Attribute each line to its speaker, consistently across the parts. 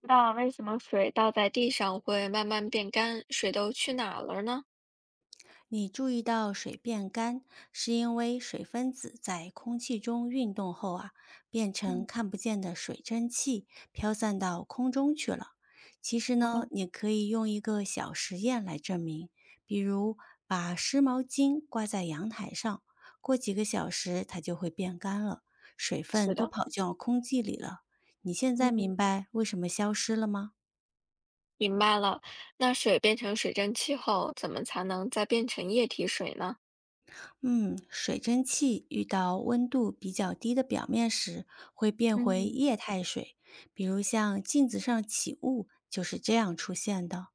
Speaker 1: 那为什么水倒在地上会慢慢变干？水都去哪儿了呢？
Speaker 2: 你注意到水变干，是因为水分子在空气中运动后啊，变成
Speaker 1: 嗯，
Speaker 2: 看不见的水蒸气，飘散到空中去了。其实呢，
Speaker 1: 哦，
Speaker 2: 你可以用一个小实验来证明，比如把湿毛巾挂在阳台上，过几个小时它就会变干了，水分
Speaker 1: 是
Speaker 2: 都
Speaker 1: 的，
Speaker 2: 跑进空气里了。你现在
Speaker 1: 嗯，
Speaker 2: 明白为什么消失了吗？
Speaker 1: 明白了。那水变成水蒸气后，怎么才能再变成液体水呢？
Speaker 2: 嗯，水蒸气遇到温度比较低的表面时，会变回
Speaker 1: 嗯，
Speaker 2: 液态水，比如像镜子上起雾就是这样出现的。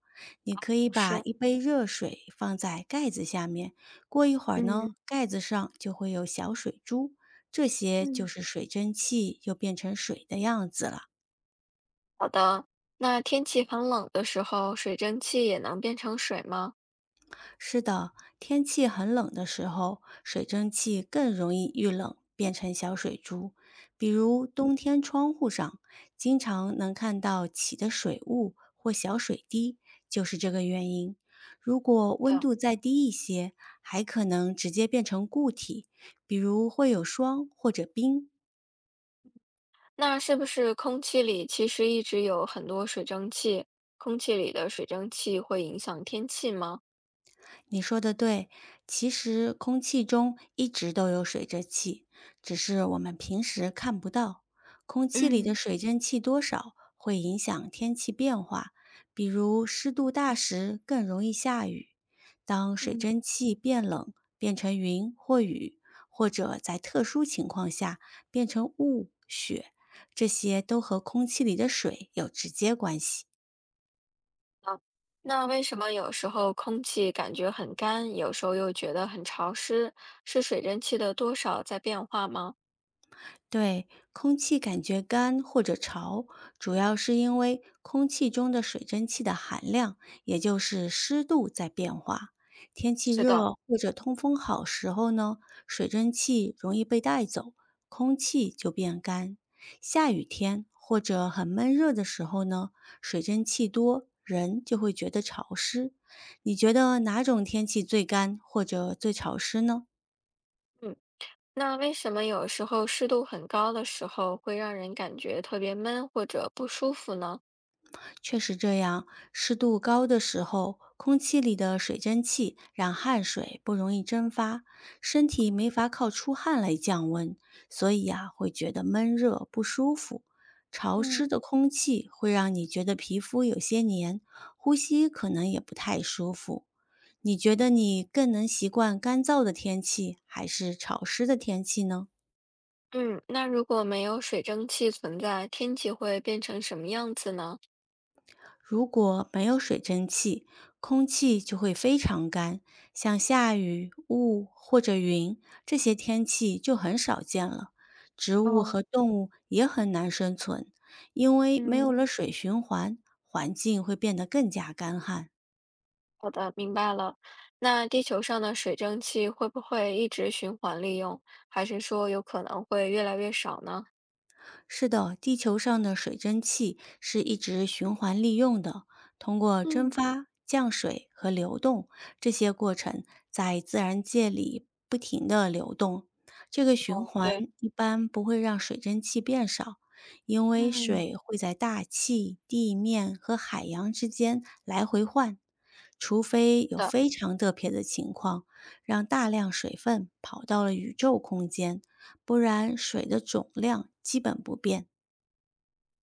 Speaker 2: 你可以
Speaker 1: 不
Speaker 2: 把
Speaker 1: 是，
Speaker 2: 一杯热水放在盖子下面，过一会儿呢，
Speaker 1: 嗯
Speaker 2: 盖子上就会有小水珠，这些就
Speaker 1: 嗯，
Speaker 2: 是水蒸气又变成水的样子了。
Speaker 1: 好的。那天气很冷的时候，水蒸气也能变成水吗？
Speaker 2: 是的，天气很冷的时候，水蒸气更容易遇冷变成小水珠。比如冬天窗户上经常能看到起的水雾或小水滴，就是这个原因。如果温
Speaker 1: 对。
Speaker 2: 度再低一些，还可能直接变成固体，比如会有霜或者冰。
Speaker 1: 那是不是空气里其实一直有很多水蒸气？空气里的水蒸气会影响天气吗？
Speaker 2: 你说的对，其实空气中一直都有水蒸气，只是我们平时看不到。空气里的
Speaker 1: 嗯。
Speaker 2: 水蒸气多少会影响天气变化，比如湿度大时更容易下雨。当水
Speaker 1: 嗯。
Speaker 2: 蒸气变冷，变成云或雨，或者在特殊情况下变成雾、雪，这些都和空气里的水有直接关系。
Speaker 1: 啊，那为什么有时候空气感觉很干，有时候又觉得很潮湿？是水蒸气的多少在变化吗？
Speaker 2: 对，空气感觉干或者潮，主要是因为空气中的水蒸气的含量，也就是湿度在变化。天气
Speaker 1: 是
Speaker 2: 热
Speaker 1: 的，
Speaker 2: 或者通风好时候呢，水蒸气容易被带走，空气就变干。下雨天或者很闷热的时候呢，水蒸气多，人就会觉得潮湿。你觉得哪种天气最干或者最潮湿呢？
Speaker 1: 嗯，那为什么有时候湿度很高的时候会让人感觉特别闷或者不舒服呢？
Speaker 2: 确实这样，湿度高的时候，空气里的水蒸气让汗水不容易蒸发，身体没法靠出汗来降温，所以呀、会觉得闷热不舒服。潮
Speaker 1: 嗯，
Speaker 2: 湿的空气会让你觉得皮肤有些黏，呼吸可能也不太舒服。你觉得你更能习惯干燥的天气，还是潮湿的天气呢？
Speaker 1: 嗯，那如果没有水蒸气存在，天气会变成什么样子呢？
Speaker 2: 如果没有水蒸气，空气就会非常干，像下雨、雾或者云这些天气就很少见了。植物
Speaker 1: 哦，
Speaker 2: 和动物也很难生存，因为没有
Speaker 1: 嗯，
Speaker 2: 了水循环，环境会变得更加干旱。
Speaker 1: 好的，明白了。那地球上的水蒸气会不会一直循环利用，还是说有可能会越来越少呢？
Speaker 2: 是的，地球上的水蒸气是一直循环利用的，通过蒸
Speaker 1: 嗯，
Speaker 2: 发、降水和流动这些过程，在自然界里不停地流动。这个循
Speaker 1: 哦，
Speaker 2: 环
Speaker 1: 对，
Speaker 2: 一般不会让水蒸气变少，因为
Speaker 1: 嗯，
Speaker 2: 水会在大气、地面和海洋之间来回换，除非
Speaker 1: 是
Speaker 2: 有
Speaker 1: 的，
Speaker 2: 非常特别的情况，让大量水分跑到了宇宙空间。不然水的总量基本不变。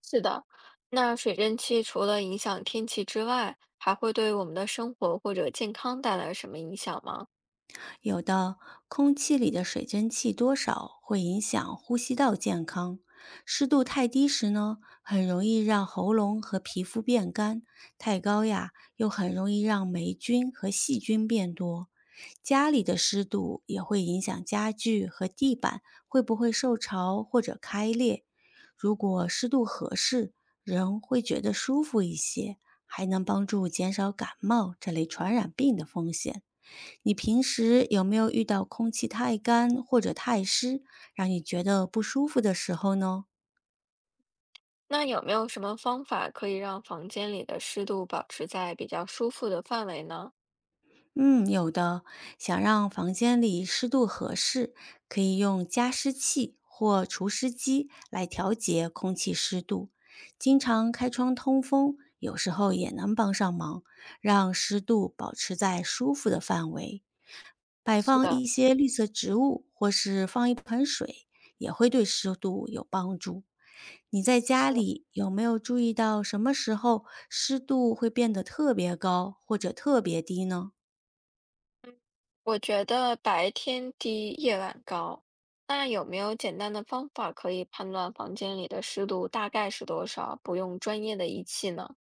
Speaker 1: 是的。那水蒸气除了影响天气之外，还会对我们的生活或者健康带来什么影响吗？
Speaker 2: 有的空气里的水蒸气多少会影响呼吸道健康，湿度太低时呢，很容易让喉咙和皮肤变干；太高呀，又很容易让霉菌和细菌变多。家里的湿度也会影响家具和地板会不会受潮或者开裂。如果湿度合适，人会觉得舒服一些，还能帮助减少感冒这类传染病的风险。你平时有没有遇到空气太干或者太湿，让你觉得不舒服的时候呢？
Speaker 1: 那有没有什么方法可以让房间里的湿度保持在比较舒服的范围呢？
Speaker 2: 嗯，有的。想让房间里湿度合适，可以用加湿器或除湿机来调节空气湿度。经常开窗通风，有时候也能帮上忙，让湿度保持在舒服的范围。摆
Speaker 1: 是
Speaker 2: 放
Speaker 1: 的，
Speaker 2: 一些绿色植物，或是放一盆水，也会对湿度有帮助。你在
Speaker 1: 是，
Speaker 2: 家里有没有注意到什么时候湿度会变得特别高或者特别低呢？
Speaker 1: 嗯，我觉得白天低，夜晚高。那有没有简单的方法可以判断房间里的湿度大概是多少，不用专业的仪器呢？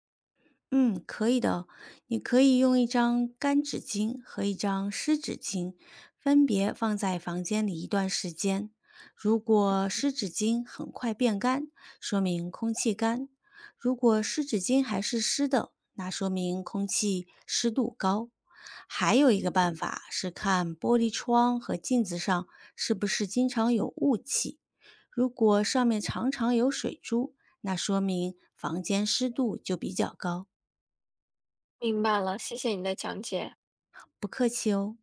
Speaker 2: 嗯，可以的哦。你可以用一张干纸巾和一张湿纸巾，分别放在房间里一段时间。如果湿纸巾很快变干，说明空气干；如果湿纸巾还是湿的，那说明空气湿度高。还有一个办法是看玻璃窗和镜子上是不是经常有雾气，如果上面常常有水珠，那说明房间湿度就比较高。
Speaker 1: 明白了，谢谢你的讲解。
Speaker 2: 不客气哦。